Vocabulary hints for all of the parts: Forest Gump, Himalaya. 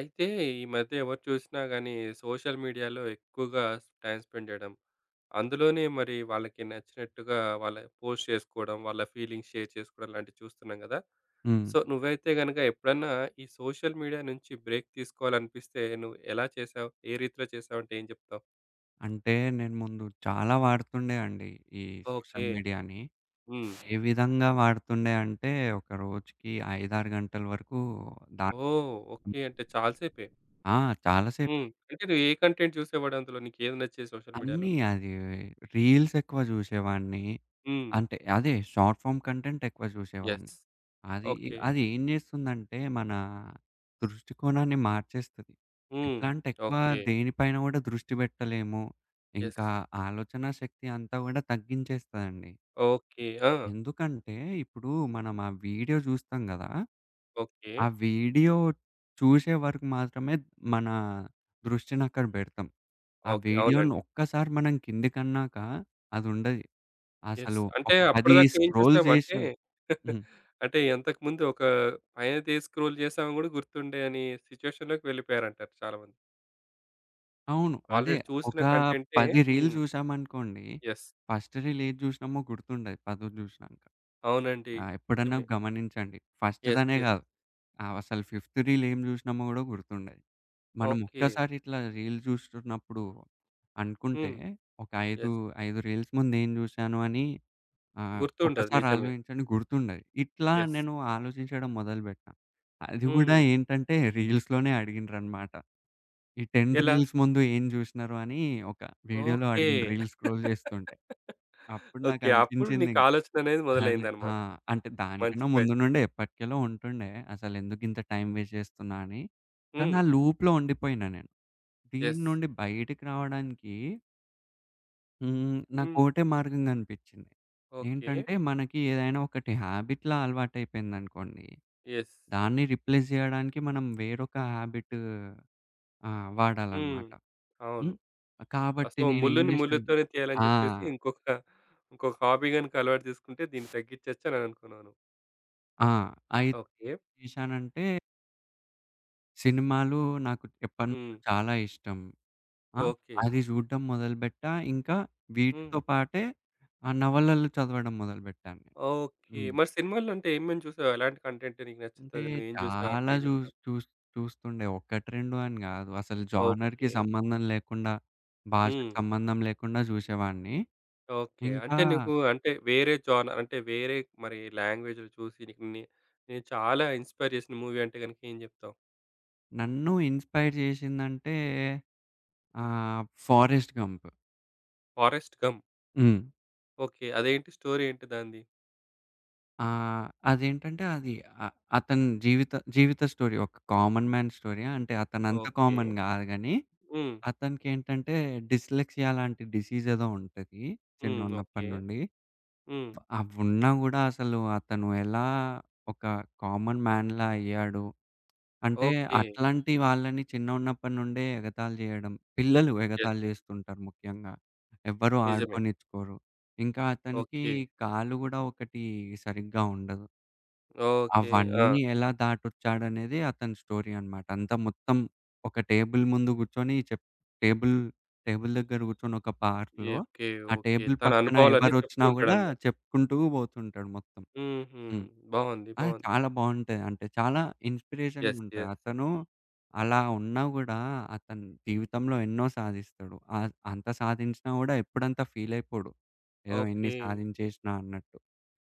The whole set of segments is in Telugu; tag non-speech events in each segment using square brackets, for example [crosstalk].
అయితే ఈ మధ్య ఎవరు చూసినా గానీ సోషల్ మీడియాలో ఎక్కువగా టైం స్పెండ్ చేయడం. అందులోనే మరి వాళ్ళకి నచ్చినట్టుగా వాళ్ళ పోస్ట్ చేసుకోవడం, వాళ్ళ ఫీలింగ్స్ షేర్ చేసుకోవడం లాంటివి చూస్తున్నాం గదా! హ్మ్. సో, నువ్వైతే గనుక ఎప్పుడన్నా ఈ సోషల్ మీడియా నుంచి బ్రేక్ తీసుకోవాలనిపిస్తే నువ్వు ఎలా చేశావు? ఏ రీతిలో చేశావంటే ఏం చెప్తావు? అంటే నేను ముందు చాలా వాడుతుండే అండి ఈ సోషల్ ఓకే. మీడియాని. హ్మ్. ఏ విధంగా వాడుతుండే అంటే ఒక రోజుకి 5, 6 గంటల వరకు దాన్ ఓహ్! ఓకే. అంటే చాలా సేపే. ఆ! చాలాసేపు హ్మ్. అంటే నువ్వు ఏ కంటెంట్ చూసేవాడు అందులో? నీకేది నచ్చేది సోషల్ మీడియాలో? అన్నీ అది రీల్స్ ఎక్కువ చూసేవాడిని. హ్మ్. అంటే అదే షార్ట్ ఫార్మ్ కంటెంట్ ఎక్కువ యెస్. చూసేవాడిని. అది ఓకే. అది ఏం చేస్తుందంటే మన దృష్టికోణాన్ని మార్చేస్తది. హ్మ్. ఎట్లా అంటే ఎక్కువ ఓకే. దేనిపైన కూడా దృష్టి పెట్టలేము. యెస్. ఇంకా ఆలోచనా శక్తి అంతా కూడా తగ్గించేస్తదండి. ఓకే. ఆ! ఎందుకంటే, ఇప్పుడు మనం ఆ వీడియో జూస్తాం గదా! ఓకే. ఆ వీడియో చూసే వరకు మాత్రమే మన దృష్టినక్కడ బెడతాం. ఆ ఓకే. వీడియోని అవునండి. ఒక్కసారి మనం కిందికన్నాక అదుండది. యెస్. అసలు అంటే ఒక 10 అప్పటిదాకా ఏం చూసాం స్క్రోల్ [laughs] అంటే జేసినాం. హ్మ్. అంటే అంతకుముందు ఒక పైనదే స్క్రోల్ చేసామని గూడా గుర్తుండని సిట్యుయేషన్‌లోకి వెళ్ళిపోయారంటారు చాలామంది. అవును. అదే ఆల్రెడీ ఒక చూసిన కంటెంటే. 10 రీల్స్ హ్మ్. జూసామనుకోండి, యెస్. ఫస్ట్ రీల్ ఏది జూసినామో గుర్తుండదు పదో జూసినాంక. అవునండి. ఎప్పుడన్నా నిజమే. గమనించండి. యెస్. ఫస్ట్‌దనే యెస్. గాదు. అసలు ఫిఫ్త్ రీల్ ఏం జూసినామో గూడా గుర్తుండదు. మనం ఓకే. ఒక్కసారి ఇట్లా రీల్ జూస్తున్నప్పుడు అనుకుంటే, హ్మ్. ఒక 5, యెస్. 5 రీల్స్ ముందు ఏం జూశాను అని గుర్తుండదు. ఒకసారి నిజమే. ఆలోచించండి, గుర్తుండదు. ఇట్లా యెస్. నేను ఆలోచించడం మొదలుబెట్టినా. అది గూడా హ్మ్. ఏంటంటే రీల్స్‌లోనే అడిగిండ్రనమాట. ఈ 10 ఎలా? రీల్స్ ముందు ఏం జూసినారు అని ఒక వీడియోలో ఓకే. అడిగిండ్రు రీల్స్ స్క్రోల్ జేస్తుంటే. అప్పుడు నాకు ఓకే. అప్పుడు నీకు అనిపించిందింక ఆలోచననేది అదే. మొదలైందన్నమాట. అంటే మంచి దానికన్నా ముందు ప్రయత్నం. నుండే ఎప్పటికెలో ఉంటుండే. అసలెందుకింత టైం వేస్ట్ చేస్తున్నా అని. కానీ హ్మ్. ఆ లూప్‌లో ఉండిపోయినా నేను. దీని యెస్. నుండి బయటికి రావడానికి హ్మ్. నాకోటే మార్గం కనిపించింది. ఓకే. ఏంటంటే మనకి ఏదైనా ఒకటి హ్యాబిట్‌లా అలవాటయిపోయిందనుకోండి. యెస్. దాన్ని రిప్లేస్ చేయడానికి మనం వేరొక హ్యాబిట్ హ్మ్. వాడాలన్నమాట. అవును. హ్మ్. కాబట్టి సో, నేనేం ముల్లుని చేశాను ముల్లుతోనే తీయాలని ఆ! చెప్పేసి ఇంకొక ఇంకొక హాబీ గనుక అలవాటు చేసుకుంటే దీన్ని తగ్గిచ్చొచ్చు అని అనుకున్నాను. ఆ! అయితే ఓకే. ఏం చేశానంటే, సినిమాలు నాకు ఎప్పటినుంచో హ్మ్. చాలా ఇష్టం. ఆ! హ్మ్. ఓకే. అది జూడడం మొదలుబెట్టా. ఇంకా హ్మ్. వీటితో పాటే ఆ నవలలు చదవడం మొదలుబెట్టాను నేను. ఓకే. హ్మ్. మరి సినిమాల్లో అంటే ఏమేమి చూసావు? ఎలాంటి కంటెంట్ నీకు అంటే నచ్చుతది? నువ్వేం చూసావు అంటే చాలా ఏం జూస్ చెప్తావు? చూస్ చూస్తుండే. 1, 2 అని గాదు. అసలు జానర్‌కి ఓకే. సంబంధం లేకుండా, భాషకు హ్మ్. సంబంధం లేకుండా జూసేవాడిని. ఓకే. ఇంకా అంటే నీకు అంటే వేరే జానర్ అంటే వేరే మరి లాంగ్వేజ్‌లో చూసి నీకు నే నేను చాలా ఇన్‌స్పైర్ చేసిన మూవీ అంటే గనుక ఏం చెప్తావు? నన్ను ఇన్‌స్పైర్ జేసిందంటే 'ఫారెస్ట్ గంప్.' 'Forrest Gump.' హ్మ్. ఓకే. అదేంటి స్టోరీ ఏంటి దానిది? ఆ! అదేంటంటే అది అ అతని జీవిత జీవిత స్టోరీ. ఒక కామన్ మ్యాన్ స్టోరీయా అంటే అతనంత ఓకే. కామన్ గాదు గానీ, హ్మ్. అతనికేంటంటే డిస్లెక్సియా లాంటి డిసీజ్ ఏదో ఉంటది హ్మ్. చిన్నగున్నప్పటి ఓకే. నుండి. హ్మ్. అవున్నా గూడా అసలు అతను ఎలా ఒక కామన్ మ్యాన్‌లా అయ్యాడు. అంటే ఓకే. అట్లాంటి వాళ్ళని చిన్నగున్నప్పటి నుండే ఎగతాళి జేయడం, పిల్లలు యెస్. ఎగతాళి జేస్తుంటారు ముఖ్యంగా. ఎవ్వరు నిజమే. ఆడుకోనిచ్చుకోరు. ఇంకా అతనికి ఓకే. కాలు గూడా ఒకటి సరిగ్గా ఉండదు. ఓకే. ఆ! అవన్నీ ఎలా దాటొచ్చాడనేది అతని స్టోరీ అన్నమాట. అంతా మొత్తం ఒక టేబుల్ ముందు కూర్చొని టేబుల్ టేబుల్ దగ్గర కూర్చొని ఒక పార్క్‌లో, ఓకే. ఆ ఓకే. టేబుల్ తన పక్కన అనుభవాలన్నీ చెప్తూ ఎవరొచ్చినా గూడా ఉంటాడన్నమాట. చెప్పుకుంటూ పోతుంటాడు మొత్తం. హుహు. హ్మ్. బావుంది. ఆ! బావుంది. చాలా బావుంటది. అంటే చాలా ఇన్‌స్పిరేషన్‌గా యెస్. ఉంటది. యెస్. అతను అలా ఉన్నా గూడా అతను జీవితంలో ఎన్నో సాధిస్తాడు. అంత సాధించినా గూడా ఎప్పుడంత ఫీల్ అయిపోడు ఏదో ఇన్ని ఓకే. సాధించేసినా అన్నట్టు.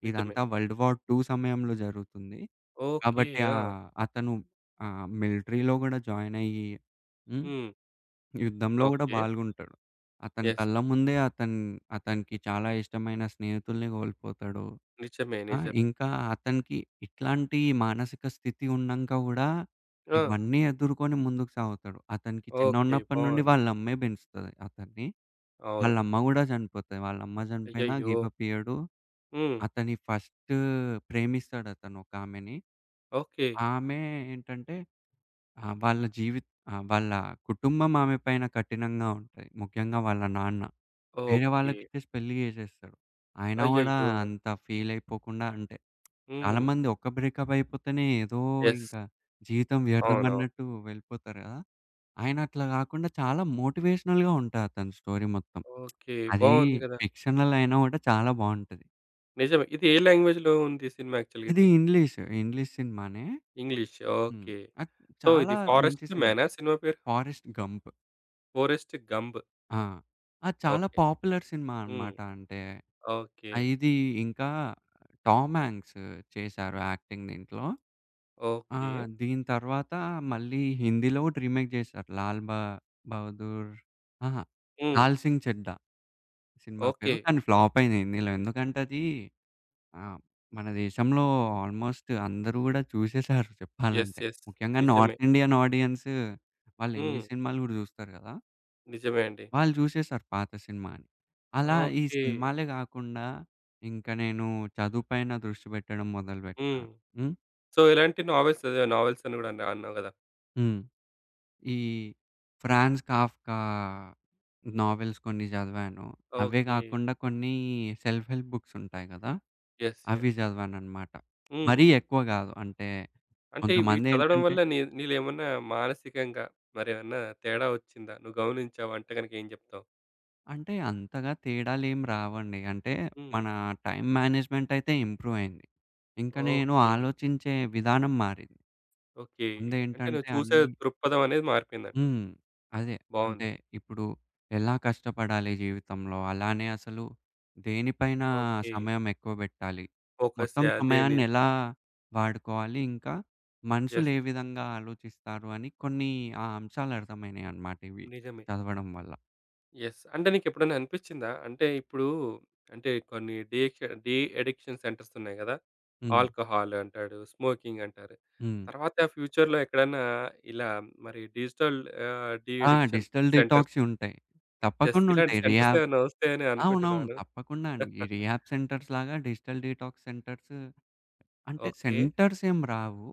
నిజమే. ఇదంతా వరల్డ్ వార్ 2 సమయంలో జరుగుతుంది. ఓకే. కాబట్టి ఆ! అతను మిలిటరీలో గూడా జాయిన్ అయ్యి హ్మ్. హ్మ్. యుద్ధంలో గూడా ఓకే. పాల్గొంటాడు. అతని యెస్. కళ్ళ ముందే అతనికి చాలా ఇష్టమైన స్నేహితుల్ని కోల్పోతాడు. నిజమే. ఆ! నిజమే. ఇంకా అతనికి ఇట్లాంటి మానసిక స్థితి ఉన్నంక గూడా ఆ! ఇవన్నీ ఎదుర్కొని ముందుకు సాగుతాడు. అతనికి ఓకే. చిన్నగున్నప్పటి నుండి బావుంది. వాళ్ళమ్మే పెంచుతది అతన్ని. అవును. వాళ్ళమ్మ గూడా చనిపోతది. వాళ్ళమ్మ చనిపోయినా అయ్యయ్యో! గివ్ అప్ ఇయ్యడు. హ్మ్. అతని ఫస్ట్ ప్రేమిస్తాడతను ఒకామెని. ఓకే. ఆమె ఏంటంటే ఆ! వాళ్ళ జీవిత్ ఆ! వాళ్ళ కుటుంబం ఆమె పైన కఠినంగా ఉంటది, ముఖ్యంగా వాళ్ళ నాన్న. వేరే ఓకే. వాళ్ళకిచ్చేసి పెళ్లి చేసేస్తాడు. ఆయన గూడా అయ్యయ్యో! అంత ఫీల్ అయిపోకుండా, అంటే హ్మ్. చాలామంది ఒక్క బ్రేకప్ అయిపోతేనే ఏదో యెస్. ఇంకా జీవితం వ్యర్థం అవునవును. అన్నట్టు వెళ్ళిపోతారు గదా! ఆయన అట్లా గాకుండా చాలా మోటివేషనల్‌గా ఉంటది అతని స్టోరీ మొత్తం. ఓకే. అది బావుంది కదా! ఫిక్షనల్ అయినా గూడా చాలా బావుంటది. నిజమే. ఇది ఏ లాంగ్వేజ్‌లో ఉంది సినిమా యాక్చువల్‌గా ఇది ఇది? ఇంగ్లీష్ సినిమానే. ఇంగ్లీష్. హ్మ్. ఓకే. అది సో, చాలా ఇది మంచి 'ఫారెస్ట్ సినిమా. మ్యానా' సినిమా పేరు? 'Forrest Gump.' 'Forrest Gump'. ఆ! అది చాలా ఓకే. పాపులర్ సినిమా హ్మ్. అనమాట. అంటే ఓకే. ఇది ఇంకా టామ్ హాంక్స్ చేశారు యాక్టింగ్ దీంట్లో. ఆ! ఓకే. దీని తర్వాత మళ్ళీ హిందీలో గూడా రీమేక్ చేశారు. 'లాల్ బ బహదూర్' అహా! హ్మ్. 'లాల్ సింగ్ చెడ్డా' సినిమా పేరు. ఓకే. కానీ ఫ్లాప్ అయింది హిందీలో. ఎందుకంటే అది ఆహ్, మన దేశంలో ఆల్మోస్ట్ అందరూ గూడా చూసేసారు యెస్. చెప్పాలంటే. యెస్. ముఖ్యంగా నిజమే. నార్త్ ఇండియన్ ఆడియన్స్ వాళ్ళు హ్మ్. ఇంగ్లీష్ సినిమాలు గూడా చూస్తారు గదా! నిజమే అండి. వాళ్ళు జూసేశారు పాత సినిమా అని. అలా హ్మ్. ఈ ఓకే. సినిమాలే గాకుండా ఇంక నేను చదువు పైన దృష్టి పెట్టడం మొదలుపెట్టా. హ్మ్. హ్మ్. సో, ఇలాంటి నావెల్స్ అని గూడా అన్నావు గదా! హ్మ్. ఈ ఫ్రాన్స్ కాఫ్కా నావెల్స్ కొన్ని చదివాను. అవే ఓకే. గాకుండా కొన్ని సెల్ఫ్ హెల్ప్ బుక్స్ ఉంటాయి గదా! యెస్. అవి యెస్. చదివాననమాట. హ్మ్. మరీ ఎక్కువ గాదు. అంటే అంటే ఇవి చదవడం కొంతమందేంటంటే వల్ల నీలేమన్నా మానసికంగా మరేమన్నా తేడా వచ్చిందా? నువ్వు గమనించావంటే గనక ఏం జెప్తావు? అంటే అంతగా తేడాలేం రావండి. అంటే హ్మ్. మన టైమ్ మేనేజ్‌మెంట్ అయితే ఇంప్రూవ్ అయింది. ఇంక నేను ఓకే. ఆలోచించే విధానం మారింది. ఓకే. అంటే ముందేంటంటే నువ్వు చూసే అన్నీ దృక్పథం అనేది మారిపోయిందంటావు. హ్మ్. అదే. అంటే బావుంది. ఇప్పుడు ఎలా కష్టపడాలి జీవితంలో, అలానే అసలు దేనిపైన ఓకే. సమయం ఎక్కువ పెట్టాలి, ఫోకస్ మొత్తం అదే ని. సమయాన్ని ఎలా వాడుకోవాలి, ఇంకా మనుషులు యెస్. ఏ విధంగా ఆలోచిస్తారు అని కొన్ని ఆ అంశాలు అర్థమైనాయన్నమాట ఇవి నిజమే. చదవడం వల్ల. యెస్. అంటే నీకెప్పుడైనా అనిపిచ్చిందా? అంటే ఇప్పుడు అంటే కొన్ని డీక్ష డీ అడిక్షన్ సెంటర్స్ ఉన్నాయి గదా! హ్మ్. ఆల్కహాల్ అంటాడు, స్మోకింగ్ అంటారు. హ్మ్. తర్వాత ఫ్యూచర్‌లో ఎక్కడన్నా ఇలా మరి డిజిటల్ డీ ఆ! Addiction digital centres. డిటాక్స్ ఉంటాయి, యెస్. తప్పకుండా ఇలాంటి ఉంటాయి. సెంటర్స్ ఏమైనా వస్తాయని అవునవును, అనుకుంటున్నాను. తప్పకుండా అండి. ఈ [laughs] రీహాబ్ సెంటర్స్‌లాగా డిజిటల్ డిటాక్స్ సెంటర్స్ అంటే ఓకే. సెంటర్స్ ఏం రావు.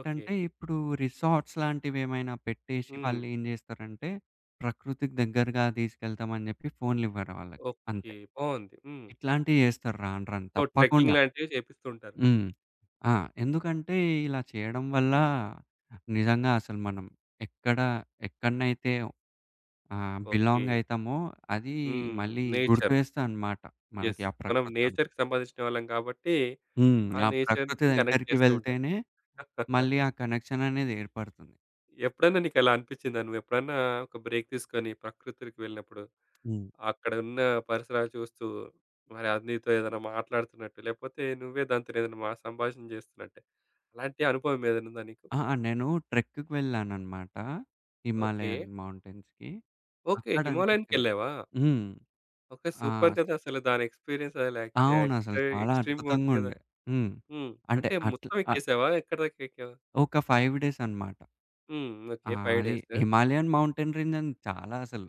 ఓకే. ఇప్పుడు రిసార్ట్స్ లాంటివేమైనా పెట్టేసి హ్మ్. వాళ్ళేం జేస్తారంటే, ప్రకృతికి దగ్గరగా తీసుకెళ్తామని జెప్పి ఫోన్‌లివ్వరు వాళ్ళకి. అంతే. ఓకే. బావుంది. హ్మ్. ఇట్లాంటియి జేస్తారు రాను రాను సో, ట్రెక్కింగ్ తప్పకుండా. లాంటివి చేపిస్తూ ఉంటారు. హ్మ్. ఆ! ఎందుకంటే, ఇలా చేయడం వల్ల నిజంగా అసలు మనం ఎక్కడ ఎక్కడనైతే ఓకే. బిలాంగ్ అయితామో అది హ్మ్. మళ్ళీ గుర్తు నేచర్. చేస్తదనమాట మనకి, యెస్. ఆ మనం ప్రకృతంతా. నేచర్‌కి సంబంధించిన వాళ్ళం కాబట్టి, ఆ ఆ ప్రకృతి నేచర్‌కి కనెక్ట్ దగ్గరికి చేస్తూ ఉంటారు. వెళ్తేనే [laughs] మళ్ళీ ఆ కనెక్షన్ అనేది ఏర్పడుతుంది. ఎప్పుడైనా నీకలా అనిపిచ్చిందా? నువ్వెప్పుడన్నా ఒక బ్రేక్ తీసుకొని ప్రకృతికి వెళ్ళినప్పుడు, హ్మ్. అక్కడ ఉన్న పరిసరాలు చూస్తూ, మరి అది నీతో ఏదైనా మాట్లాడుతున్నట్టు, లేకపోతే నువ్వే దానితోని ఏదైనా సంభాషణ చేస్తున్నట్టే, అలాంటి అనుభవం ఏదైనా ఉందా నీకు? ఆ! నేను ట్రెక్‌కి వెళ్ళానన్నమాట, ఓకే. హిమాలయన్ మౌంటైన్స్‌కి. ఓకే. అక్కడ అనిపించింది. హిమాలయానికెళ్ళావా? హ్మ్. ఓకే. ఆ! సూపర్ స్ కదా! అసలు దాని ఎక్స్‌పీరియన్స్ అసలు అవునసలు చాలా ఎక్స్‌ట్రీమ్‌గా ఉంటుంది కదా! అద్భుతంగుండే. హ్మ్. హ్మ్. అంటే అంటే అట్లా మొత్తం ఎక్కేసావా? ఎక్కడి దాకా ఎక్కావు? ఒక 5 డేస్ అన్నమాట. హ్మ్. ఆ! ఓకే. 5 అది డేస్. హిమాలయన్ మౌంటైన్ రేంజ్ అని చాలా అసలు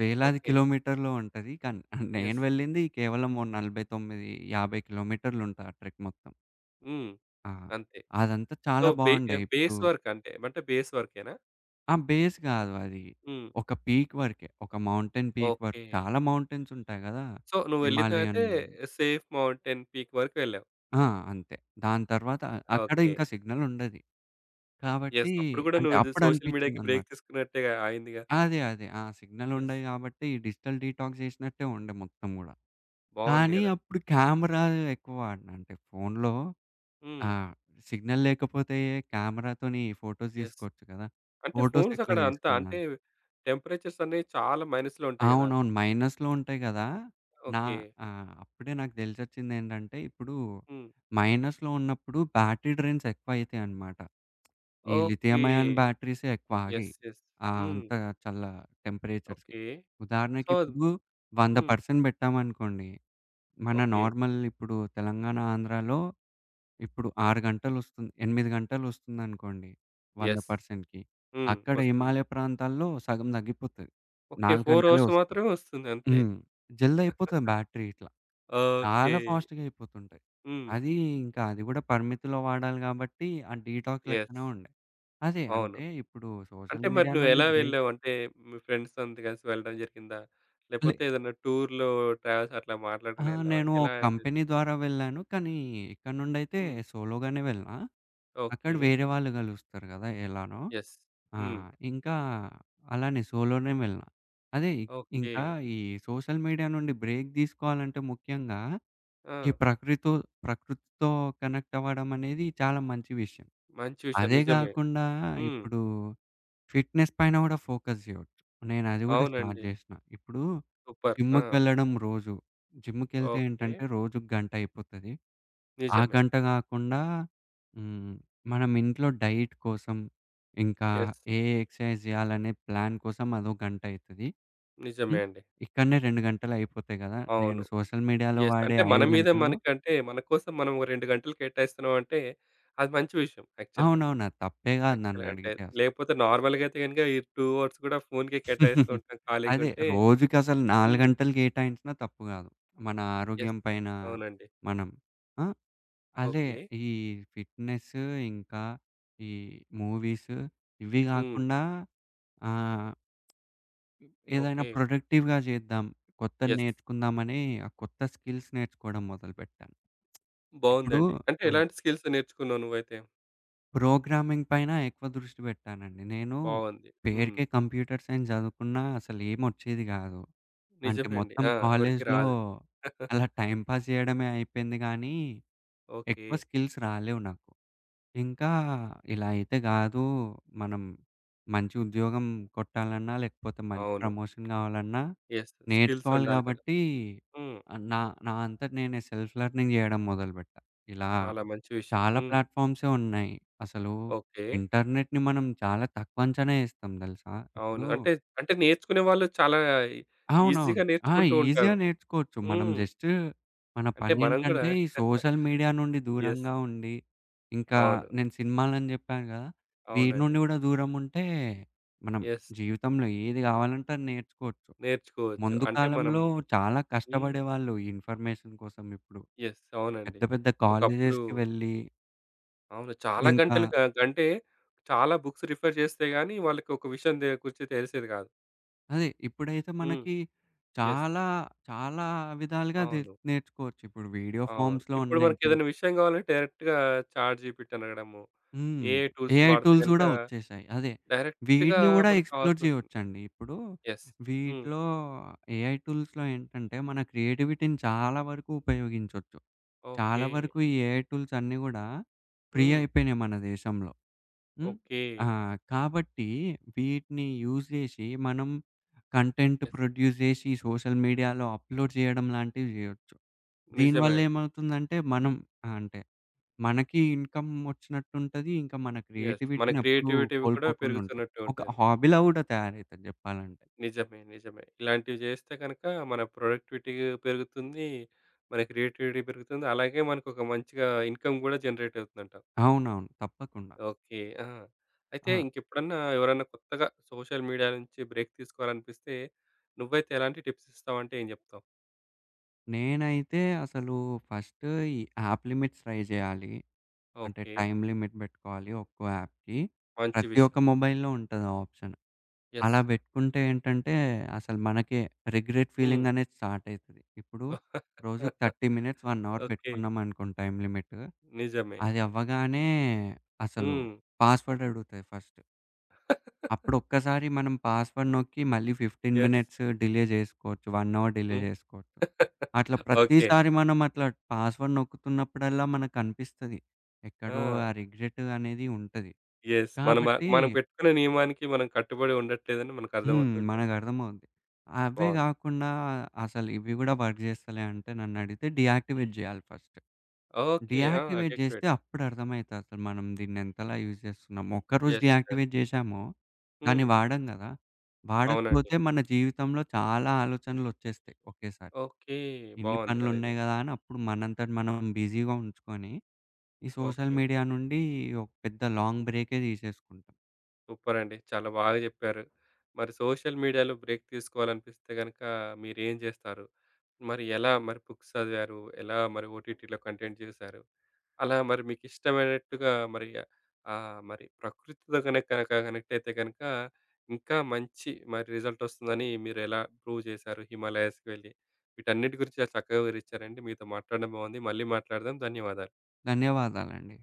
వేలాది ఓకే. కిలోమీటర్‌లో ఉంటది. కానీ నేను యెస్. వెళ్ళింది కేవలం ఓ 49, 50 కిలోమీటర్‌లుంటది ఆ ట్రెక్ మొత్తం. హ్మ్. ఆ! అంతే. అదంతా సో, చాలా బావుండే. ఇప్పుడు బేస్ వర్క్ అంటే. అంటే బేస్ వర్కేనా? ఆ! బేస్ గాదు అది. హ్మ్. ఒక పీక్ వరకే, ఒక మౌంటైన్ పీక్ ఓకే. వరకు. చాలా మౌంటైన్స్ ఉంటాయి గదా! సో, నువ్వెళ్ళిందయితే హిమాలయన్ సేఫ్ మౌంటైన్ పీక్ వరకు వెళ్ళావు. ఆ! అంతే. దాని తర్వాత అక్కడ ఓకే. ఇంకా సిగ్నల్ ఉండది. కాబట్టి యెస్. అప్పుడు గూడా అంటే నువ్వు ఇది సోషల్ మీడియాకి అప్పుడనిపిచ్చిందనమాట. బ్రేక్ తీసుకున్నట్టేగా అయిందిగా. అదే. అదే. Signal yes. ఉండయి కాబట్టి డిజిటల్ డీటాక్స్ జేసినట్టే ఉండే మొత్తం గూడా. బావుంది కానీ గదా! అప్పుడు కెమెరా ఎక్కువ వాడినా, అంటే ఫోనులో. ఆ! హ్మ్. సిగ్నల్ లేకపోతే కెమెరాతోని ఫోటోస్ యెస్. తీసుకోవచ్చు కదా! అంటే ఫోటోస్ ఫోన్స్ ఎక్కువ అక్కడ అంతా అంటే తీసుకున్నాను. టెంపరేచర్స్ అనేవి చాలా మైనస్‌లో ఉంటాయి గదా! అవునవును, మైనస్‌లో ఉంటాయి గదా! నా ఓకే. ఆ! అప్పుడే నాకు తెలిసొచ్చిందేంటంటే, ఇప్పుడు హ్మ్. మైనస్‌లో ఉన్నప్పుడు బ్యాటరీ డ్రైన్స్ ఎక్కువయితాయన్నమాట. ఈ లిథియం ఓకే. అయాన్ బ్యాటరీసే ఎక్కువ ఆగాయి. యెస్. యెస్. హ్మ్. అంత చల్ల టెంపరేచర్స్‌కి. ఓకే. ఉదాహరణకి సో. ఇప్పుడు హ్మ్. 100% పెట్టామనుకోండి, మన ఓకే. నార్మల్ ఇప్పుడు తెలంగాణ, ఆంధ్రాలో ఇప్పుడు 6 గంటలొస్తుంది, 8 గంటలొస్తుందనుకోండి యెస్. 100%కి. హ్మ్. అక్కడ వస్తుంది. హిమాలయ ప్రాంతాల్లో సగం తగ్గిపోతది. ఓకే. 4 4 గంటలే అవర్స్ వస్తది. మాత్రమే వస్తుంది అంతే. హ్మ్. జల్దయిపోతది బ్యాటరీ ఇట్లా, ఓకే. చాలా ఫాస్ట్‌గా అయిపోతుంటాయి. హ్మ్. అది ఇంకా అది గూడా పరిమితిలో వాడాలి గాబట్టి, ఆ డీటాక్స్ యెస్. లెక్కనే ఉండే. అదే, అవును. అంటే ఇప్పుడు సోషల్ అంటే మరి మీడియా నుండి నువ్వెలా బ్రేక్. వెళ్ళావు? అంటే మీ ఫ్రెండ్స్ అంతా కలిసి వెళ్ళడం జరిగిందా? లే లేకపోతే ఏదైనా టూర్‌లో ట్రావెల్స్ అట్లా ఆ! మాట్లాడుకుని వెళ్ళావా? నేను ఎలా ఒక ఉండేది? కంపెనీ ద్వారా వెళ్ళాను. కానీ ఇక్కడ నుండైతే హ్మ్. సోలోగానే వెళ్ళినా. అక్కడ ఓకే. వేరే వాళ్ళు గలుస్తారు గదా! ఎలానో. యెస్. ఆ! హ్మ్. ఇంకా అలానే సోలోనే వెళ్ళినా. అదే, ఓకే. ఇంకా ఈ సోషల్ మీడియా నుండి బ్రేక్ దీసుకోవాలంటే ముఖ్యంగా ఆ! ఈ ప్రకృతితో కనెక్ట్ అవ్వడమనేది చాలా మంచి విషయం. మంచి విషయం. అదే నిజమే. గాకుండా హ్మ్. ఇప్పుడు ఫిట్‌నెస్ పైన గూడా ఫోకస్ జేయొచ్చు. నేనది గూడా స్టార్ట్ అవునండి. జేసినా. ఇప్పుడు సూపర్. ఆ! జిమ్‌కి వెళ్ళడం రోజు. జిమ్‌కెళ్తే ఓకే. ఏంటంటే రోజుకి గంట అయిపోతది. ఆ నిజమే. గంట గాకుండా హ్మ్. మనం ఇంట్లో డైట్ కోసం, ఇంకా యెస్. ఏ ఎక్సర్‌సైజ్ జేయాలనే ప్లాన్ కోసం అదో గంట అయితది. నిజమే హ్మ్. అండి. ఇక్కడనే 2 గంటలు అయిపోతాయి గదా! నేను అవును. సోషల్ మీడియాలో యెస్. వాడే అంటే మన 5 మీద గంటల్లో. మనకంటే మన కోసం మనం ఓ 2 గంటలు కేటాయిస్తున్నాం అంటే అది మంచి విషయం యాక్చువల్‌గా. అవునవును, అది తప్పే గాదు యాక్చువల్‌గా అంటే నన్నడిగితే అసలు. లేకపోతే నార్మల్‌గా అయితే గనుక ఈ 2 అవర్స్ కూడా ఫోన్‌కే కేటాయిస్తూ [laughs] ఉంటాం ఖాళీగా అదే ఉంటే. రోజుకసలు 4 హ్మ్. గంటలు కేటాయించినా తప్పు గాదు మన ఆరోగ్యం యెస్. పైన. అవునండి. మనం ఆ! అదే, ఓకే. ఈ ఫిట్‌నెస్, ఇంకా ఈ మూవీస్, ఇవి హ్మ్. గాకుండా ఆహ్, ఏదైనా ఓకే. ప్రొడక్టివ్‌గా చేద్దాం, కొత్తది యెస్. నేర్చుకుందామని ఆ కొత్త స్కిల్స్ నేర్చుకోవడం మొదలుపెట్టాను. ఇప్పుడు బావుందండి. అంటే ఆ! ఎలాంటి స్కిల్స్ నేర్చుకున్నావు నువ్వైతే? ప్రోగ్రామింగ్ పైన ఎక్కువ దృష్టి పెట్టానండి. నేను బావుంది. హ్మ్. పేరుకే కంప్యూటర్ సైన్స్ చదువుకున్నా అసలేమొచ్చేది గాదు. అంటే నిజమే అండి. మొత్తం ఆ! ఎవరికీ కాలేజ్‌లో రాదు. [laughs] అలా టైమ్ పాస్ జేయడమే అయిపోయింది గానీ, ఓకే. ఎక్కువ స్కిల్స్ రాలేవు నాకు. ఇంకా ఇలా అయితే గాదు. మనం మంచి ఉద్యోగం కొట్టాలన్నా, లేకపోతే మంచి అవును. Promotion గావాలన్నా yes. స్కిల్స్ నేర్చుకోవాలి ఉండాలి కదా! గాబట్టి హ్మ్. నా నా అంతట నేనే సెల్ఫ్ లెర్నింగ్ జేయడం మొదలుబెట్టా. ఇలా చాలా మంచి విషయం. చాలా హ్మ్. ప్లాట్‌ఫార్మ్సే ఉన్నాయి. అసలు ఓకే. ఇంటర్నెట్‌ని మనం చాలా తక్కువ అంచనా ఏస్తాం దెలుసా? అవును. ఇప్పుడు అంటే, అంటే నేర్చుకునే వాళ్ళు చాలా అవునవును. ఈజీగా ఆ! నేర్చుకుంటూ ఈజీగా ఉంటారు. నేర్చుకోవచ్చు. మనం హ్మ్. జస్ట్, మన అంటే మనం గూడా. పనేంటంటే ఈ సోషల్ మీడియా నుండి యెస్. [laughs] దూరంగా ఉండి, ఇంకా అవును. నేను సినిమాలని జెప్పాను గదా! వీటి అవునండి. నుండి గూడా దూరం ఉంటే, మనం యెస్. జీవితంలో ఏది గావాలంటే అది నేర్చుకోవచ్చు. నేర్చుకోవచ్చు. ముందు అంటే మనం. కాలంలో చాలా హ్మ్. కష్టపడేవాళ్ళు ఈ ఇన్ఫర్మేషన్ కోసం. ఇప్పుడు యెస్. అవునండి. పెద్ద పెద్ద ఒకప్పుడు కాలేజెస్‌కి వెళ్ళి, అవును. చాలా ఇంకా గంటలు గ గంటే చాలా బుక్స్ రిఫర్ చేస్తే గాని వాళ్ళకొక విషయం గురించి తెలిసేది కాదు. అదే ఇప్పుడైతే హ్మ్. మనకి యెస్. చాలా, చాలా విధాలుగా అవును. నేర్చుకోవచ్చు. ఇప్పుడు వీడియో అవును. ఫార్మ్స్‌లో ఇప్పుడు ఉన్నాయి ఇప్పుడు. మనకేదైనా విషయం కావాలంటే డైరెక్ట్‌గా చాట్‌జీపీటీ అడగడము, హ్మ్. ఏఐ టూల్స్‌ని ఏఐ వాడితే టూల్స్ గనుక గూడా వచ్చేసాయి. అదే, డైరెక్ట్‌గా వీటిని గూడా మనకు ఎక్స్‌ప్లోర్ కావాల్సిందొస్తుంది. చేయొచ్చండి. ఇప్పుడు యెస్. హ్మ్. వీటిలో ఏఐ టూల్స్‌లో ఏంటంటే, మన క్రియేటివిటీని చాలా వరకు ఉపయోగించొచ్చు. చాలా ఓకే. వరకు ఈ ఏఐ టూల్స్ అన్నీ గూడా ఫ్రీ హ్మ్. అయిపోయినాయి మన దేశంలో. హ్మ్. ఓకే. ఆ! కాబట్టి వీటిని యూజ్ జేసి మనం కంటెంట్ యెస్. ప్రొడ్యూస్ జేసి సోషల్ మీడియాలో అప్‌లోడ్ జేయడం లాంటివి జేయొచ్చు. నిజమే దీనివల్ల అండి. ఏమవుతుందంటే మనం, అంటే మనకి ఇన్‌కమ్ ఒచ్చినట్టుంటది, ఇంకా మన యెస్. మన క్రియేటివిటీనెప్పుడు క్రియేటివిటీవి కూడా కోల్పోకుండుంటాం. పెరుగుతున్నట్టు ఒక ఉంటుంది. హాబీలా గూడా తయారైతది జెప్పాలంటే. నిజమే. నిజమే. ఇలాంటివి చేస్తే గనక మన ప్రొడక్టివిటీ పెరుగుతుంది. మన క్రియేటివిటీ పెరుగుతుంది. అలాగే మనకొక మంచిగా ఇన్‌కమ్ కూడా జనరేట్ అవుతుందంటావు. అవునవును, తప్పకుండా. ఓకే. ఆ! అయితే ఆ! ఇంకెప్పుడన్నా ఎవరన్నా కొత్తగా సోషల్ మీడియా నుంచి బ్రేక్ తీసుకోవాలనిపిస్తే నువ్వైతే ఎలాంటి టిప్స్ ఇస్తావంటే ఏం చెప్తావు? నేనైతే అసలు ఫస్ట్ ఈ యాప్ లిమిట్స్ ట్రై జేయాలి. అంటే ఓకే. టైమ్ లిమిట్ బెట్టుకోవాలి ఒక్కో యాప్‌కి. మంచి ప్రతి ఒక్క విషయం. మొబైల్‌లో ఉంటది ఆ ఆప్షన్. యెస్. అలా బెట్టుకుంటే ఏంటంటే అసలు మనకే రిగ్రెట్ హ్మ్. ఫీలింగ్ అనేది స్టార్ట్ అయితది. ఇప్పుడు రోజుకి [laughs] 30 మినిట్స్, 1 అవర్ ఓకే. బెట్టుకున్నామనుకోండి టైమ్ లిమిట్, నిజమే. అది అవ్వగానే అసలు హ్మ్. పాస్‌వర్డ్ అడుగుతది ఫస్ట్. అప్పుడు ఒక్కసారి మనం పాస్‌వర్డ్ నొక్కి మళ్ళీ 15 యెస్. మినిట్స్ డిలే చేసుకోవచ్చు, 1 అవర్ డిలే హ్మ్. చేసుకోవచ్చు. [laughs] అట్లా ఓకే. ప్రతిసారి మనం అట్లా పాస్‌వర్డ్ నొక్కుతున్నప్పుడల్లా మనకనిపిస్తది, ఎక్కడో ఆ! ఆ రిగ్రెట్ అనేది ఉంటది. యెస్. కాబట్టి మనం పెట్టుకున్న నియమానికి మనం కట్టుబడి ఉండట్లేదని మనకర్థమవుతూ ఉంటుంది. మనకర్థమవుద్ది. అవే బావుంది. గాకుండా అసలు ఇవి గూడా వర్క్ జేస్తలే అంటే నన్నడిగితే డీయాక్టివేట్ జేయాలి ఫస్ట్. ఓకే. ఆ! డీయాక్టివేట్ జేస్తే డెక్టివేట్. అప్పుడు అర్థమైతది అసలు మనం దీన్నెంతలా యూజ్ జేస్తున్నాం. ఒక్కరోజు యెస్. యెస్. డీయాక్టివేట్ జేశామో దాన్ని హ్మ్. వాడం గదా! అవునండి. వాడకపోతే మన జీవితంలో చాలా ఆలోచనలొచ్చేస్తాయి ఒకేసారి, ఓకే. ఇన్ని బావుంది కదా! ఇది. పనులున్నాయి గదా అని. అప్పుడు మనంతట మనం బిజీగా ఉంచుకొని ఈ సోషల్ ఓకే. మీడియా నుండి ఒక పెద్ద లాంగ్ బ్రేకే తీసేసుకుంటాం. సూపర్ అండి. చాలా బాగా చెప్పారు. మరి సోషల్ మీడియాలో బ్రేక్ తీసుకోవాలనిపిస్తే గనుక మీరేం జేస్తారు? మరి ఎలా మరి బుక్స్ చదివారు? ఎలా మరి ఓటీటీలో కంటెంట్ జూసారు? అలా మరి మీకిష్టమైనట్టుగా మరి మరి ప్రకృతితో గనక గనక కనెక్ట్ అయితే గనక ఇంకా మంచి మరి రిజల్ట్ వస్తుందని మీరెలా ప్రూవ్ చేశారు? హిమాలయాస్‌కి వెళ్ళి వీటన్నిటి గురించి చాలా చక్కగా వివరిచ్చారండి. మీతో మాట్లాడడం బాగుంది. మళ్ళీ మాట్లాడదాం. ధన్యవాదాలు. ధన్యవాదాలండి.